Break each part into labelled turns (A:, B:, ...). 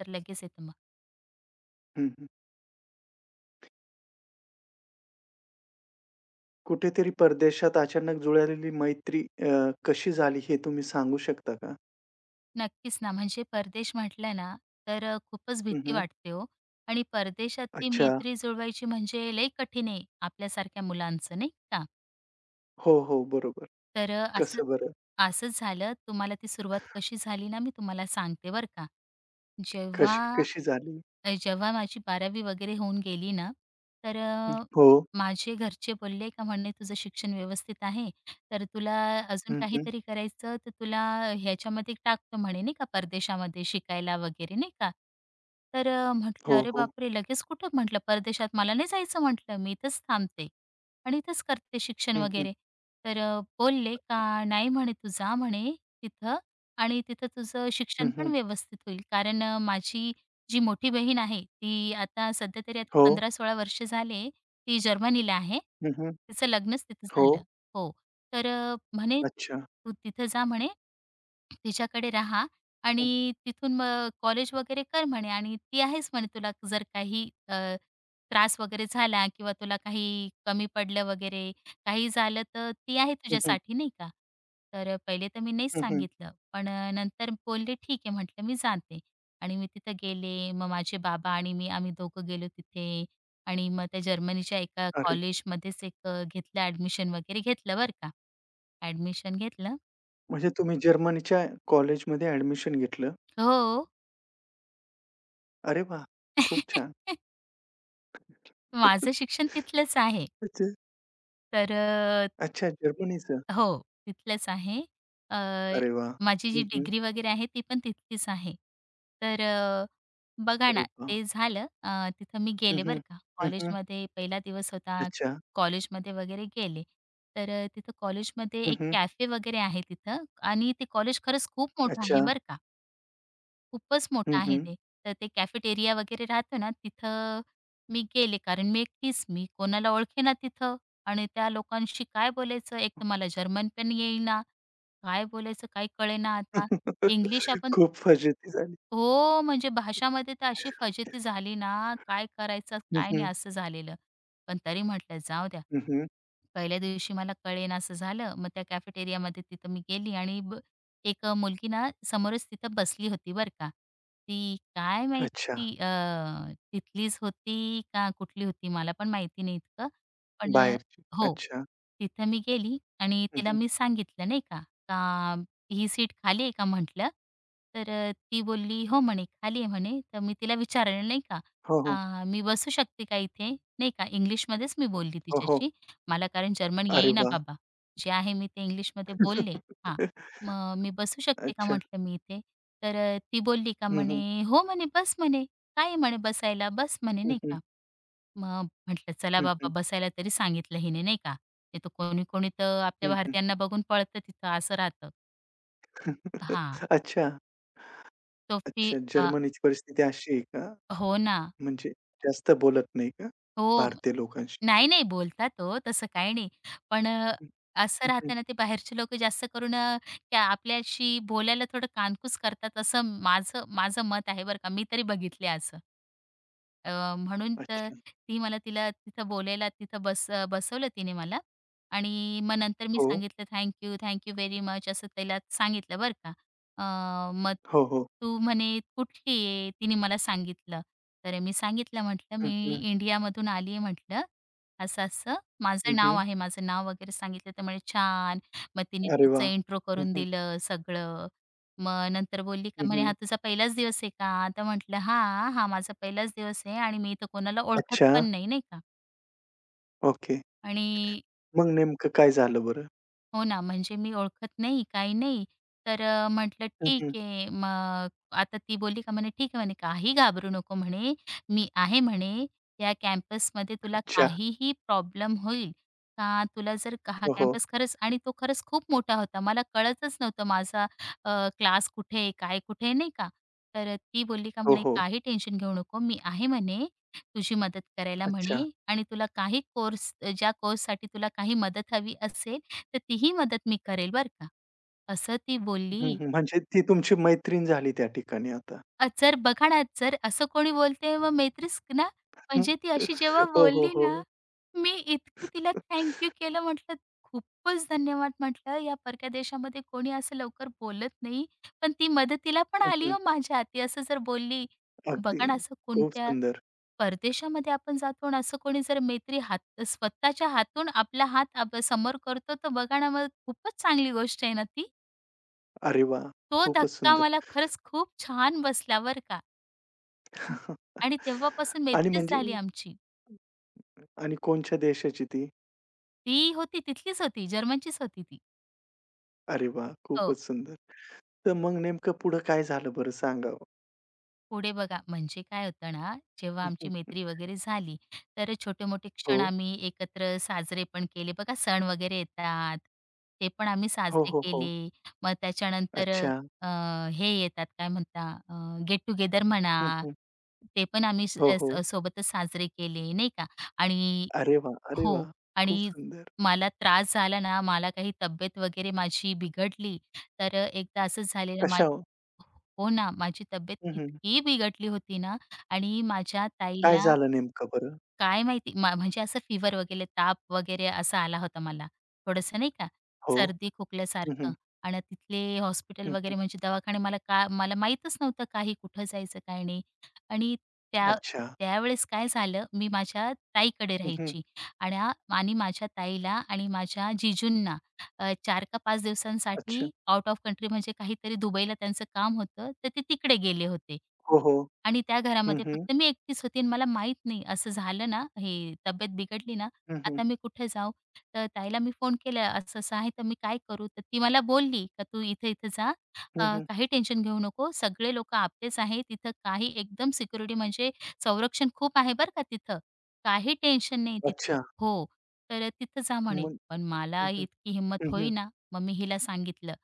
A: तर लगेच येतं मग.
B: हं, हं. कुठेतरी परदेशात अचानक जुळालेली मैत्री कशी झाली हे तुम्ही सांगू शकता का?
A: नक्कीच ना, म्हणजे परदेश म्हटलं ना, तर खूपच
B: हं,
A: भीती
B: हं.
A: वाटते हो. आणि परदेशात ती
B: अच्छा.
A: मैत्री जुळवायची म्हणजे लई कठीण आहे आपल्यासारख्या मुलांचं, नाही का?
B: हो, हो. बरोबर.
A: तर अ, असं
B: कसं बरं?
A: असंच झालं. तुम्हाला ती सुरुवात कशी झाली ना, मी तुम्हाला सांगते बरं का.
B: कशी
A: जेव्हा
B: कशी झाली?
A: जेव्हा माझी 12वी वगैरे होऊन गेली ना, तर
B: हं. हो.
A: माझे घरचे बोलले का म्हणे, "तुझं शिक्षण व्यवस्थित आहे, तर तुला अजून
B: हं, हं.
A: काहीतरी करायचं तर तुला ह्याच्यामध्ये टाकतो" म्हणे नाही का, परदेशामध्ये शिकायला वगैरे नाही का. तर म्हटलं,
B: हो,
A: "अरे
B: हो.
A: बापरे! लगेच कुठं?" म्हटलं, "परदेशात मला नाही जायचं," म्हटलं, "मी इथंच थांबते आणि इथंच करते शिक्षण
B: हं, हं.
A: वगैरे." तर बोलले का, "नाही," म्हणे, "तू जा," म्हणे, "तिथं आणि तिथं तुझं
B: हं,
A: शिक्षण पण
B: हं.
A: व्यवस्थित होईल. कारण माझी जी मोठी बहीण आहे, ती आता सध्या तरी आता
B: हो.
A: 15-16 वर्ष झाले, ती जर्मनीला आहे.
B: हं, हं.
A: तिचं लग्नच तिथं
B: हो.
A: झालं. हो. तर म्हणे,
B: अच्छा.
A: "तू तिथं जा" म्हणे, तिच्याकडे राहा
B: हं,
A: आणि तिथून मग कॉलेज वगैरे कर म्हणे आणि ती आहेच म्हणे, तुला जर काही त्रास वगैरे झाला किंवा तुला काही कमी पडलं वगैरे काही झालं तर ती आहे
B: हं, हं.
A: तुझ्यासाठी नाही का. तर पहिले तर मी नाहीच
B: हं, हं.
A: सांगितलं. पण नंतर बोलले ठीक आहे, म्हटलं मी जाते आणि मी तिथं गेले. मग माझे बाबा आणि मी आम्ही दोघं गेलो तिथे आणि मग त्या जर्मनीच्या एका
B: अरे!
A: कॉलेजमध्येच एक घेतलं, ॲडमिशन वगैरे घेतलं बरं का. ॲडमिशन घेतलं.
B: म्हणजे तुम्ही जर्मनीच्या कॉलेजमध्ये ॲडमिशन घेतलं.
A: हो.
B: अरे वाह! खूप छान.
A: माझं शिक्षण तिथलंच आहे.
B: अच्छा.
A: तर
B: अच्छा जर्मनीचं.
A: हो, तिथलंच आहे. अ,
B: अरे वाह!
A: माझी जी
B: हं, हं.
A: डिग्री वगैरे आहे ती पण तिथलीच आहे. तर बघा
B: अरे
A: ना,
B: वाह!
A: ते झालं. तिथं मी
B: हं,
A: गेले बरं
B: हं.
A: का.
B: हं, हं.
A: कॉलेजमध्ये पहिला दिवस होता.
B: अच्छा.
A: कॉलेजमध्ये वगैरे गेले. तर तिथं कॉलेजमध्ये
B: हं,
A: एक
B: हं.
A: कॅफे वगैरे आहे तिथं आणि ते कॉलेज खरंच खूप मोठं आहे
B: अच्छा.
A: बरं का. खूपच मोठं
B: हं,
A: आहे
B: हं.
A: ते. तर ते कॅफेटेरिया वगैरे राहतो ना, तिथं मी गेले, कारण मी एकटीच, मी कोणाला ओळखेना तिथं आणि त्या लोकांशी काय बोलायचं? एक तर मला जर्मन पण येईना, काय बोलायचं काय कळेना आता. इंग्लिश आपण
B: खूप फजिती झाली.
A: हो, म्हणजे भाषामध्ये तर अशी फजिती झाली ना, काय करायचं
B: हं,
A: काय नाही
B: हं.
A: असं झालेलं. पण तरी म्हटलं जाऊ द्या.
B: हं, हं.
A: पहिल्या दिवशी मला कळेना असं झालं. मग त्या कॅफेटेरियामध्ये तिथं मी गेली आणि मुलगी ना समोरच तिथं बसली होती बरं का. ती काय
B: अच्छा.
A: माहिती तिथलीच होती का कुठली होती मला पण माहिती नाही इतकं. पण
B: बाहेरची.
A: हो.
B: अच्छा.
A: तिथं मी गेली आणि
B: हं,
A: तिला
B: हं.
A: मी सांगितलं नाही का, का "ही सीट खाली आहे का?" म्हटलं. तर ती बोलली, "हो" म्हणे, "खाली आहे" म्हणे. तर मी तिला विचारलं नाही का,
B: हो, हो.
A: " मी बसू शकते का इथे?" नाही का, इंग्लिशमध्येच मी बोलली
B: हो, हो.
A: तिच्याशी. मला कारण जर्मन
B: अरे
A: येईना
B: वाह!
A: बाबा. जे आहे मी ते इंग्लिशमध्ये बोलले. हां, मग मी बसू शकते का
B: अच्छा.
A: म्हटलं मी इथे? तर ती बोलली का
B: हं, हं.
A: म्हणे, "हो," म्हणे, "बस," म्हणे, "काय आहे?" म्हणे, "बसायला, बस," म्हणे,
B: हं,
A: नाही
B: हं.
A: का. मग म्हटलं चला
B: हं,
A: बाबा,
B: हं.
A: बसायला तरी सांगितलं हिने नाही का. नाही तर कोणी-कोणी तर आपल्या
B: हं, हं.
A: भारतीयांना बघून पळतं तिथं असं राहतं. हां,
B: अच्छा.
A: तो फी
B: अच्छा.
A: अ,
B: जर्मनीची परिस्थिती अशी आहे का?
A: हो ना.
B: म्हणजे जास्त बोलत नाही का
A: हो.
B: भारतीय लोकांशी?
A: नाही, नाही, बोलता तो तसं काही नाही. पण
B: हं,
A: असं
B: हं,
A: राहतं ना, ते बाहेरचे लोकं जास्त करून त्या आपल्याशी बोलायला थोडं कानकूस करतात, असं माझं माझं मत आहे बरं का. मी तरी बघितले असं. म्हणून तर
B: अच्छा.
A: ती तिला तिथं बोलायला तिथं बसवलं तिने मला आणि मग नंतर मी
B: हो.
A: सांगितलं thank you, thank you very much असं तिला सांगितलं बरं का. मग
B: हो, हो.
A: तू म्हणे कुठली आहे? तिने मला सांगितलं. तर मी सांगितलं, म्हटलं
B: हं,
A: मी
B: हं.
A: इंडियामधून आली आहे म्हटलं, असं-असं
B: हं,
A: माझं नाव
B: हं.
A: आहे, माझं नाव वगैरे सांगितलं, तर म्हणे छान. मग तिने
B: अरे
A: तिचं
B: वाह!
A: इंट्रो
B: हं,
A: करून
B: हं.
A: दिलं सगळं. मग नंतर बोलली का
B: हं,
A: म्हणे,
B: हं.
A: "हा तुझा पहिलाच दिवस आहे का?" तर म्हटलं, "हां, हा माझा पहिलाच दिवस आहे आणि मी इथं कोणाला ओळखत
B: अच्छा.
A: पण नाही," नाही का.
B: ओके.
A: आणि
B: मग नेमकं काय झालं बरं?
A: हो ना, म्हणजे मी ओळखत नाही, काही नाही. तर म्हटलं ठीक आहे. मग आता ती बोलली का म्हणे, "ठीक आहे," म्हणे, "काही घाबरू नको," म्हणे, "मी आहे," म्हणे, "या कॅम्पसमध्ये तुला
B: अच्छा.
A: काहीही प्रॉब्लेम होईल का? तुला जर का हा
B: हो, हो.
A: कॅम्पस खरंच" आणि तो खरंच खूप मोठा होता. मला कळतच नव्हतं माझा क्लास कुठे आहे, काय कुठे आहे, नाही का. तर ती बोलली का
B: हो,
A: म्हणे,
B: हो.
A: "काही टेन्शन घेऊ नको. मी आहे," म्हणे, "तुझी मदत करायला,"
B: अच्छा.
A: म्हणे, "आणि तुला काही कोर्स ज्या कोर्ससाठी तुला काही मदत हवी असेल, तर तीही मदत मी करेल बरं का. असं ती
B: हं,
A: बोलली.
B: हं. म्हणजे ती तुमची मैत्रीण झाली त्या ठिकाणी आता.
A: जर बघा ना, जर असं कोणी बोलते मग मैत्रीच ना,
B: हं.
A: म्हणजे ती अशी जेव्हा
B: हो, हो,
A: बोलली ना,
B: हो.
A: मी इतकी तिला थँक यू केलं म्हटलं, खूपच धन्यवाद म्हटलं. या परक्या देशामध्ये कोणी असं लवकर बोलत नाही. पण ती मदतीला पण
B: हं,
A: आली
B: हं.
A: हो माझ्या. ती असं जर बोलली,
B: अगदी.
A: बघा ना, असं
B: खूप
A: कोणत्या
B: सुंदर.
A: परदेशामध्ये आपण जातो आणि असं कोणी जर मैत्री हात स्वतःच्या हातून आपला हात आप समोर करतो, तर बघा ना, मग खूपच चांगली गोष्ट आहे ना ती.
B: अरे वाह!
A: तो
B: खूपच
A: धक्का
B: सुंदर.
A: मला खरंच खूप छान बसला बरं का. हं. आणि तेव्हापासून
B: आणि
A: मैत्रीच
B: म्हणजे
A: झाली आमची.
B: आणि कोणच्या देशाची ती?
A: ती होती तिथलीच होती, जर्मनचीच होती ती.
B: अरे वाह!
A: हो,
B: खूपच सुंदर. तर मग नेमकं पुढं काय झालं बरं सांगा हो?
A: पुढे बघा, म्हणजे काय होतं ना, जेव्हा
B: हं,
A: आमची
B: हं.
A: मैत्री वगैरे झाली, तर छोटे-मोठे
B: हो.
A: क्षण आम्ही एकत्र साजरे पण केले. बघा सण वगैरे येतात, ते पण आम्ही
B: हो,
A: साजरे
B: हो, हो.
A: केले. मग त्याच्यानंतर
B: अच्छा.
A: अ, हे येतात काय म्हणता, गेट टुगेदर
B: हं,
A: म्हणा,
B: हं.
A: ते पण आम्ही
B: हो, हो.
A: सोबतच साजरे केले, नाही का. आणि
B: अरे वाह! अरे
A: हो.
B: वाह! खूप
A: आणि
B: सुंदर.
A: मला त्रास झाला ना, मला काही तब्येत वगैरे माझी बिघडली, तर अ, एकदा असंच झालेलं मा
B: कशा हो?
A: हो ना, माझी तब्येत
B: हं, हं.
A: इतकी बिघडली होती ना आणि माझ्या
B: काय
A: ताईला.
B: झालं नेमकं बरं?
A: काय माहिती? म्हणजे असं फीव्हर वगैरे, ताप वगैरे असा आला होता मला. थोडंसं नाही का,
B: हो.
A: सर्दी
B: हं,
A: खोकल्यासारखं.
B: हं.
A: आणि तिथले हॉस्पिटल
B: हं, हं.
A: वगैरे म्हणजे दवाखाने मला, मला माहीतच नव्हतं काही कुठं जायचं, काय नाही. आणि त्या
B: अच्छा.
A: त्यावेळेस काय झालं, मी माझ्या ताईकडे
B: हं, हं.
A: राहायची आणि आ आणि माझ्या ताईला आणि माझ्या जीजूंना 4 का 5
B: अच्छा.
A: दिवसांसाठी आउट ऑफ कंट्री म्हणजे काहीतरी दुबईला त्यांचं काम होतं, तर ते तिकडे गेले होते.
B: हो, हो.
A: आणि त्या
B: हं,
A: घरामध्ये
B: हं.
A: फक्त मी एकटीच होती आणि मला माहीत नाही असं झालं ना, हे तब्येत बिघडली ना,
B: हं, हं.
A: आता मी कुठे जाऊ? तर ताईला मी फोन केला, असं-असं आहे, तर मी काय करू? तर ती मला बोलली, "का तू इथे-इथे जा.
B: हं, हं.
A: काही टेन्शन घेऊ नको. सगळे लोकं आपलेच आहेत. तिथं काही एकदम सिक्युरिटी म्हणजे संरक्षण खूप आहे बरं का तिथं. काही टेन्शन नाही तिथं."
B: अच्छा.
A: हो. तर "तिथं जा" म्हणे.
B: मग
A: पण मला
B: हं, हं.
A: इतकी हिंमत
B: हं, हं.
A: होईना. मग मी हिला सांगितलं.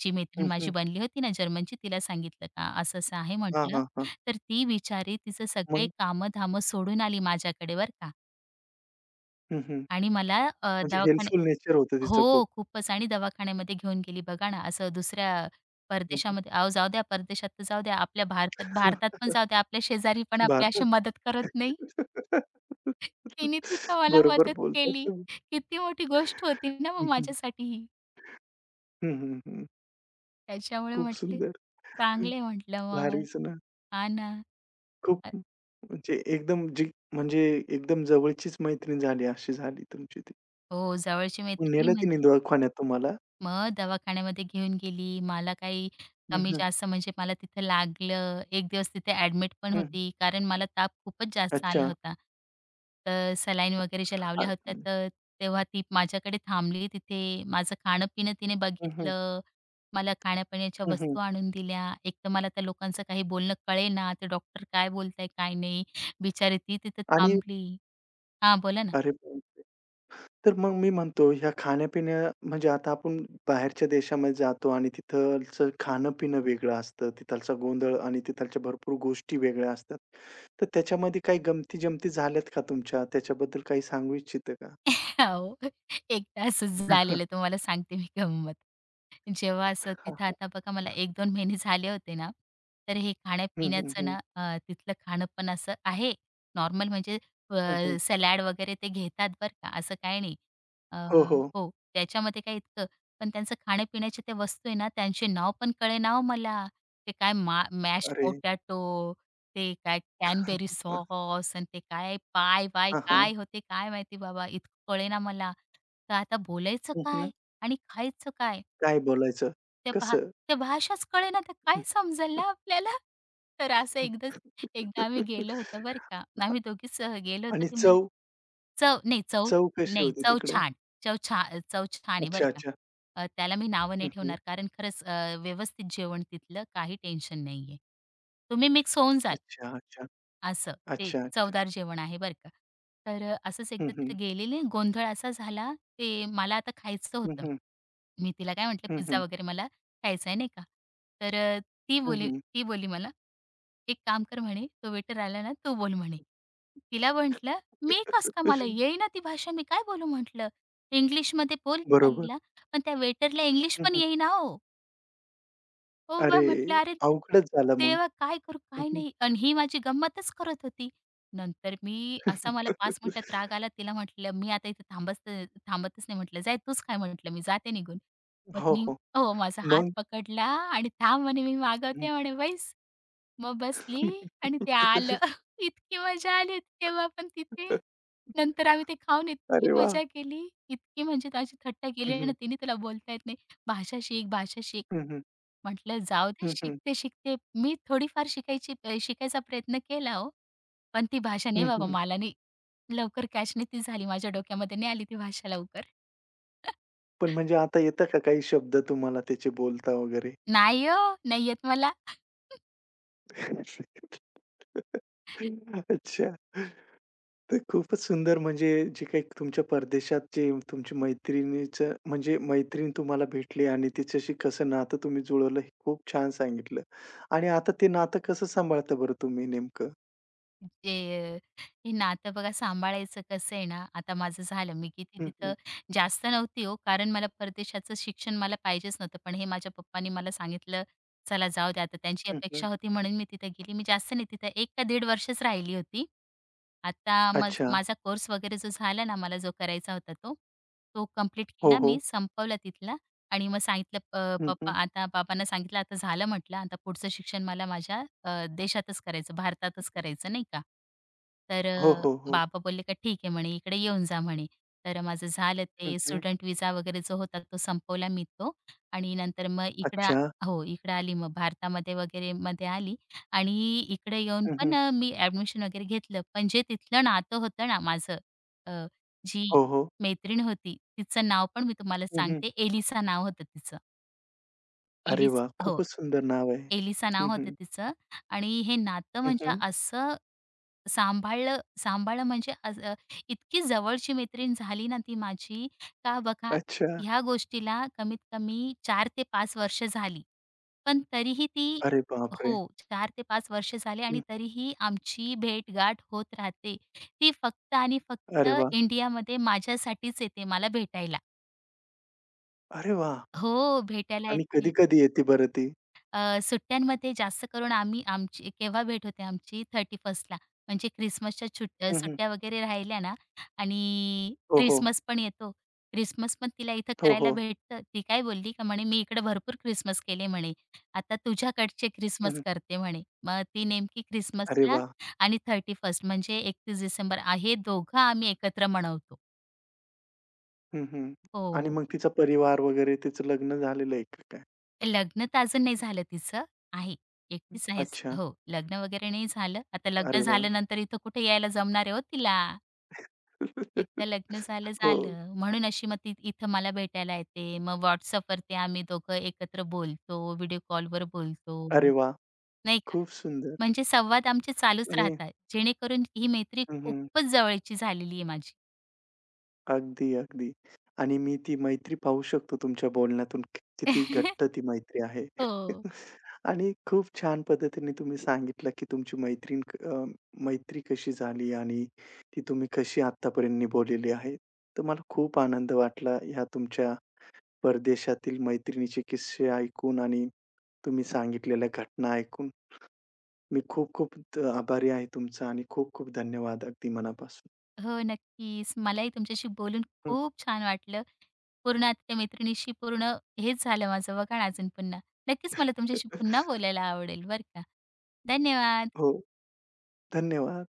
A: जी मैत्रीण
B: हं,
A: माझी
B: हं.
A: बनली होती ना जर्मनची, तिला सांगितलं का असं-असं आहे
B: हां,
A: म्हटलं.
B: हां, हां.
A: तर ती बिचारी तिचं सगळे
B: मग?
A: कामं-धामं सोडून आली माझ्याकडे बरं का,
B: हं, हं.
A: आणि मला अ,
B: म्हणजे
A: दवाखाने
B: हेल्पफुल नेचर होतं
A: हो,
B: तिचं खूप.
A: खूपच, आणि दवाखान्यामध्ये घेऊन गेली. बघा ना, असं दुसऱ्या
B: हं, हं.
A: परदेशामध्ये अहो, जाऊ द्या परदेशात तर जाऊ द्या, आपल्या भारतात भारतात पण जाऊ द्या, आपल्या शेजारी पण आपली अशी
B: भारतात.
A: मदत करत नाही. तिने तिथं मला
B: बरोबर
A: मदत
B: बोलतात
A: केली.
B: तुम्ही.
A: किती मोठी गोष्ट होती ना
B: हं,
A: मग
B: हं.
A: माझ्यासाठी ही.
B: हं, हं, हं.
A: त्याच्यामुळे
B: खूप
A: म्हटले
B: सुंदर.
A: चांगले म्हटलं मग.
B: भारीच ना.
A: हां ना.
B: खूप म्हणजे एकदम जी म्हणजे एकदम जवळचीच मैत्रीण झाली, अशी झाली तुमची ती.
A: हो, जवळची
B: मग
A: मैत्रीण
B: नेलं तिने
A: म्हणजे
B: दवाखान्यात तुम्हाला?
A: मग दवाखान्यामध्ये घेऊन गेली. मला काही
B: हं, हं.
A: कमी-जास्त म्हणजे मला तिथं लागलं. एक दिवस तिथे ॲडमिट पण
B: हं.
A: होती, कारण मला ताप खूपच जास्त आला
B: अच्छा.
A: होता. तर सलाईन वगैरे ज्या
B: आ
A: लावल्या होत्या, तर तेव्हा ती माझ्याकडे थांबली तिथे. माझं खाणं-पिणं तिने
B: हं, हं.
A: बघितलं. मला खाण्यापिण्याच्या
B: हं, हं.
A: वस्तू आणून दिल्या. एक तर मला त्या लोकांचं काही बोलणं कळेना, ते डॉक्टर काय बोलताय, काय नाही. बिचारी ती तिथं
B: आणि
A: थांबली. हां, बोला ना.
B: अरे बापरे! तर मग मी म्हणतो ह्या खाण्या-पिण्या म्हणजे आता आपण बाहेरच्या देशामध्ये जातो आणि तिथलचं खाणं-पिणं वेगळं असतं. तिथालचा गोंधळ आणि तिथालच्या भरपूर गोष्टी वेगळ्या असतात. तर त्याच्यामध्ये काही गमती-जमती झाल्यात का तुमच्या? त्याच्याबद्दल काही सांगू इच्छिता का?
A: हो. एक तासच झालेलं, तुम्हाला सांगते मी गंमत. जेव्हा असं
B: हां,
A: तिथं
B: हां.
A: आता बघा, मला एक 2 महिने झाले होते ना, तर हे
B: हं, हं,
A: खाण्यापिण्याचं
B: हं.
A: ना, तिथलं खाणं पण असं आहे, नॉर्मल म्हणजे
B: हं, हं.
A: सलाड वगैरे ते घेतात बरं का, असं काही नाही.
B: हो,
A: अ,
B: हो.
A: हो, त्याच्यामध्ये काय इतकं, पण त्यांचं खाण्यापिण्याचे ते वस्तू आहे ना, त्यांचे नाव पण कळेना हो मला. ते काय मॅश्ड
B: अरे!
A: पोटॅटो, ते काय कॅनबेरी सॉस आणि ते काय पाय-वाय,
B: हां, हां.
A: काय होते काय माहिती बाबा, इतकं कळेना मला. तर आता बोलायचं
B: हं, हं.
A: काय आणि खायचं काय?
B: काय बोलायचं?
A: त्या भा
B: कसं?
A: त्या भाषाच कळेना तर काय समजेल ना आपल्याला? तर असं एकदाच एकदा आम्ही गेलो होतो बरं का. आम्ही दोघीच गेलो होतो.
B: आणि
A: ते मला
B: चव
A: चव, नाही, चव
B: चव कशी
A: नाही,
B: होती
A: चव
B: तिकडं?
A: छान. चव छा चव छान आहे बरं
B: अच्छा,
A: का.
B: अच्छा.
A: त्याला मी नावं
B: हं,
A: नाही
B: हं.
A: ठेवणार, कारण खरंच व्यवस्थित जेवण तिथलं, काही टेन्शन नाहीये. तुम्ही मिक्स होऊन जाल.
B: अच्छा, अच्छा.
A: असं ते
B: अच्छा, अच्छा.
A: चवदार जेवण आहे बरं का. तर असंच
B: हं,
A: एकदा
B: हं.
A: तिथे गेलेले, गोंधळ असा झाला, ते मला आता खायचं
B: हं,
A: होतं.
B: हं.
A: मी तिला काय म्हटलं,
B: हं,
A: "पिझ्झा
B: हं.
A: वगैरे मला खायचा आहे," नाही का. तर अ, ती
B: हं,
A: बोली
B: हं.
A: ती बोली मला, "एक काम कर," म्हणे, "तो वेटर आला ना, तू बोल," म्हणे. तिला म्हटलं, "मी कसं काय, मला येईना ती भाषा, मी काय बोलू?" म्हटलं. "इंग्लिशमध्ये बोल की
B: बरोबर.
A: त्याला." पण त्या वेटरला इंग्लिश
B: हं,
A: पण
B: हं.
A: येईना हो. हो,
B: अरे!
A: मग म्हटलं, "अरे,
B: अवघडच झालं मग.
A: तेव्हा काय करू,
B: हं,
A: काय
B: हं.
A: नाही?" आणि ही माझी गंमतच करत होती. नंतर मी असा मला 5 मिनिटात राग आला. तिला म्हटलं, "मी आता इथे थांबत थांबतच नाही," म्हटलं, "जाय तूच खा," म्हटलं, "मी जाते निघून." मग
B: हो,
A: तिने
B: हो.
A: हो, माझा हात
B: मग?
A: पकडला आणि "थांब," म्हणे, "मी
B: हं.
A: मागवते," म्हणे, "बैस." मग बसली आणि ते आलं. इतकी मजा आली तेव्हा पण तिथे. नंतर आम्ही ते खाऊन इतकी
B: अरे वाह!
A: मजा केली, इतकी, म्हणजे त्याची थट्टा
B: हं,
A: केली ना
B: हं.
A: तिने, "तुला बोलता येत नाही, भाषा शिक, भाषा शिक."
B: हं, हं.
A: म्हटलं, "जाऊ दे,
B: हं, हं.
A: शिकते-शिकते." मी थोडीफार शिकायचा प्रयत्न केला हो, पण ती भाषा नाही
B: हं,
A: बाबा,
B: हं.
A: मला नाही लवकर कॅच नाही ती झाली. माझ्या डोक्यामध्ये नाही आली ती भाषा लवकर.
B: पण म्हणजे आता येतं का काही शब्द तुम्हाला त्याचे बोलता वगैरे?
A: नाही हो, नाही येत मला.
B: अच्छा. तर खूपच सुंदर म्हणजे जी काही तुमच्या परदेशात जे तुमची मैत्रिणीचं म्हणजे मैत्रीण तुम्हाला भेटली आणि तिच्याशी कसं नातं तुम्ही जुळवलं हे खूप छान सांगितलं. आणि आता ते नातं कसं सांभाळता बरं तुम्ही नेमकं?
A: जे हे नातं बघा सांभाळायचं कसं आहे ना, आता माझं झालं. मी किती
B: हं,
A: तिथं
B: हं,
A: जास्त नव्हती हो, कारण मला परदेशाचं शिक्षण मला पाहिजेच नव्हतं. पण हे माझ्या पप्पांनी मला सांगितलं, "चला जाऊ दे आता." त्यांची
B: हं, हं.
A: अपेक्षा होती म्हणून मी तिथं गेली. मी जास्त नाही तिथं, 1 का दीड वर्षच राहिली होती. आता मज
B: अच्छा.
A: माझा कोर्स वगैरे जो झाला ना, मला जो करायचा होता तो, तो कंप्लीट
B: हो,
A: केला
B: हो.
A: मी, संपवला तिथला. आणि मग सांगितलं, अ,
B: हं,
A: पप्पा
B: हं.
A: आता बाबांना सांगितलं, "आता झालं," म्हटलं, "आता पुढचं शिक्षण मला माझ्या देशातच करायचं, भारतातच करायचं," नाही का. तर
B: हो, हो, हो.
A: बाबा बोलले का, "ठीक आहे," म्हणे, "इकडे येऊन जा," म्हणे. तर माझं झालं
B: हं,
A: ते,
B: हं.
A: स्टुडंट विजा वगैरे जो होता तो संपवला मी तो, आणि नंतर मग इकडं
B: अच्छा.
A: हो, इकडं आली, मग भारतामध्ये वगैरे मध्ये आली आणि इकडे येऊन
B: हं, हं.
A: पण मी ॲडमिशन वगैरे घेतलं. पण जे तिथलं नातं होतं ना माझं, अ, जी
B: हो, हो.
A: मैत्रीण होती. तिचं नाव पण मी तुम्हाला
B: हं, हं.
A: सांगते, एलिसा नाव होतं तिचं.
B: अरे
A: एलिस
B: वा,
A: हो,
B: खूपच सुंदर नाव आहे.
A: एलिसा
B: हं,
A: नाव होतं
B: हं.
A: तिचं. आणि हे नातं
B: हं,
A: म्हणजे,
B: हं.
A: असं सांभाळलं, इतकी जवळची मैत्रीण झाली ना ती माझी, बघा,
B: अच्छा.
A: ह्या गोष्टीला कमीत कमी 4 ते 5 वर्ष झाली. पण तरीही ती,
B: अरे बापरे!
A: हो, 4 ते 5 वर्ष झाले आणि
B: हं.
A: तरीही आमची भेट होत राहते. ती फक्त आणि फक्त
B: अरे वाह!
A: इंडियामध्ये माझ्यासाठीच येते, मला भेटायला.
B: अरे वाह!
A: हो, भेटायला
B: आणि
A: येते.
B: कधी-कधी येते बरं ती?
A: सुट्ट्यांमध्ये जास्त करून आम्ही, आमची केव्हा भेट होते आमची 31स्टला, म्हणजे ख्रिसमसच्या
B: हं, हं.
A: सुट्ट्या वगैरे राहिल्या ना, आणि
B: हो, हो.
A: ख्रिसमस पण येतो. ख्रिसमस पण तिला इथं
B: हो,
A: करायला
B: हो.
A: भेटतं. ती काय बोलली का म्हणे, "मी इकडे भरपूर ख्रिसमस केले" म्हणे. "आता तुझ्याकडचे
B: हं,
A: ख्रिसमस
B: हं.
A: करते" म्हणे. मग ती नेमकी
B: अरे
A: ख्रिसमसला,
B: वाह!
A: आणि 31st म्हणजे 31 डिसेंबर आहे, दोघं आम्ही एकत्र मनवतो.
B: हं, हं. आणि
A: हो.
B: मग तिचा परिवार वगैरे तिचं लग्न झालेलं आहे का काय?
A: लग्न तर अजून नाही झालं तिचं. आहे. एकटीच आहेच.
B: अच्छा.
A: हो, लग्न वगैरे नाही झालं. आता
B: अरे
A: लग्न
B: वाह!
A: झाल्यानंतर इथं कुठे यायला जमणार आहे हो तिला. एकदा लग्न झालं,
B: हो.
A: झालं. म्हणून अशी मग ती इथं मला भेटायला येते. मग WhatsAppवरती आम्ही दोघं एकत्र बोलतो, व्हिडिओ कॉलवर बोलतो,
B: अरे वाह!
A: नाही का.
B: खूप सुंदर
A: म्हणजे संवाद आमचे चालूच
B: आणि
A: राहतात. जेणेकरून ही मैत्री
B: हं, हं.
A: खूपच जवळची झालेली आहे माझी.
B: अगदी, अगदी. आणि मी ती मैत्री पाहू शकतो तुमच्या बोलण्यातून की किती घट्ट ती मैत्री आहे.
A: हो.
B: आणि खूप छान पद्धतीने तुम्ही सांगितलं, की तुमची मैत्री कशी झाली आणि ती तुम्ही कशी आत्तापर्यंत निभवलेली आहे. तर मला खूप आनंद वाटला ह्या तुमच्या परदेशातील मैत्रिणीचे किस्से ऐकून आणि तुम्ही सांगितलेल्या घटना ऐकून मी खूप-खूप आभारी आहे तुमचा आणि खूप-खूप धन्यवाद अगदी मनापासून.
A: हो, नक्कीच. मलाही तुमच्याशी बोलून
B: हं.
A: खूप छान वाटलं. पूर्ण आता त्या मैत्रिणीशी पूर्ण हेच झालं माझं बघा ना, अजून पुन्हा. नक्कीच मला तुमच्याशी पुन्हा बोलायला आवडेल बरं का. धन्यवाद.
B: हो, धन्यवाद.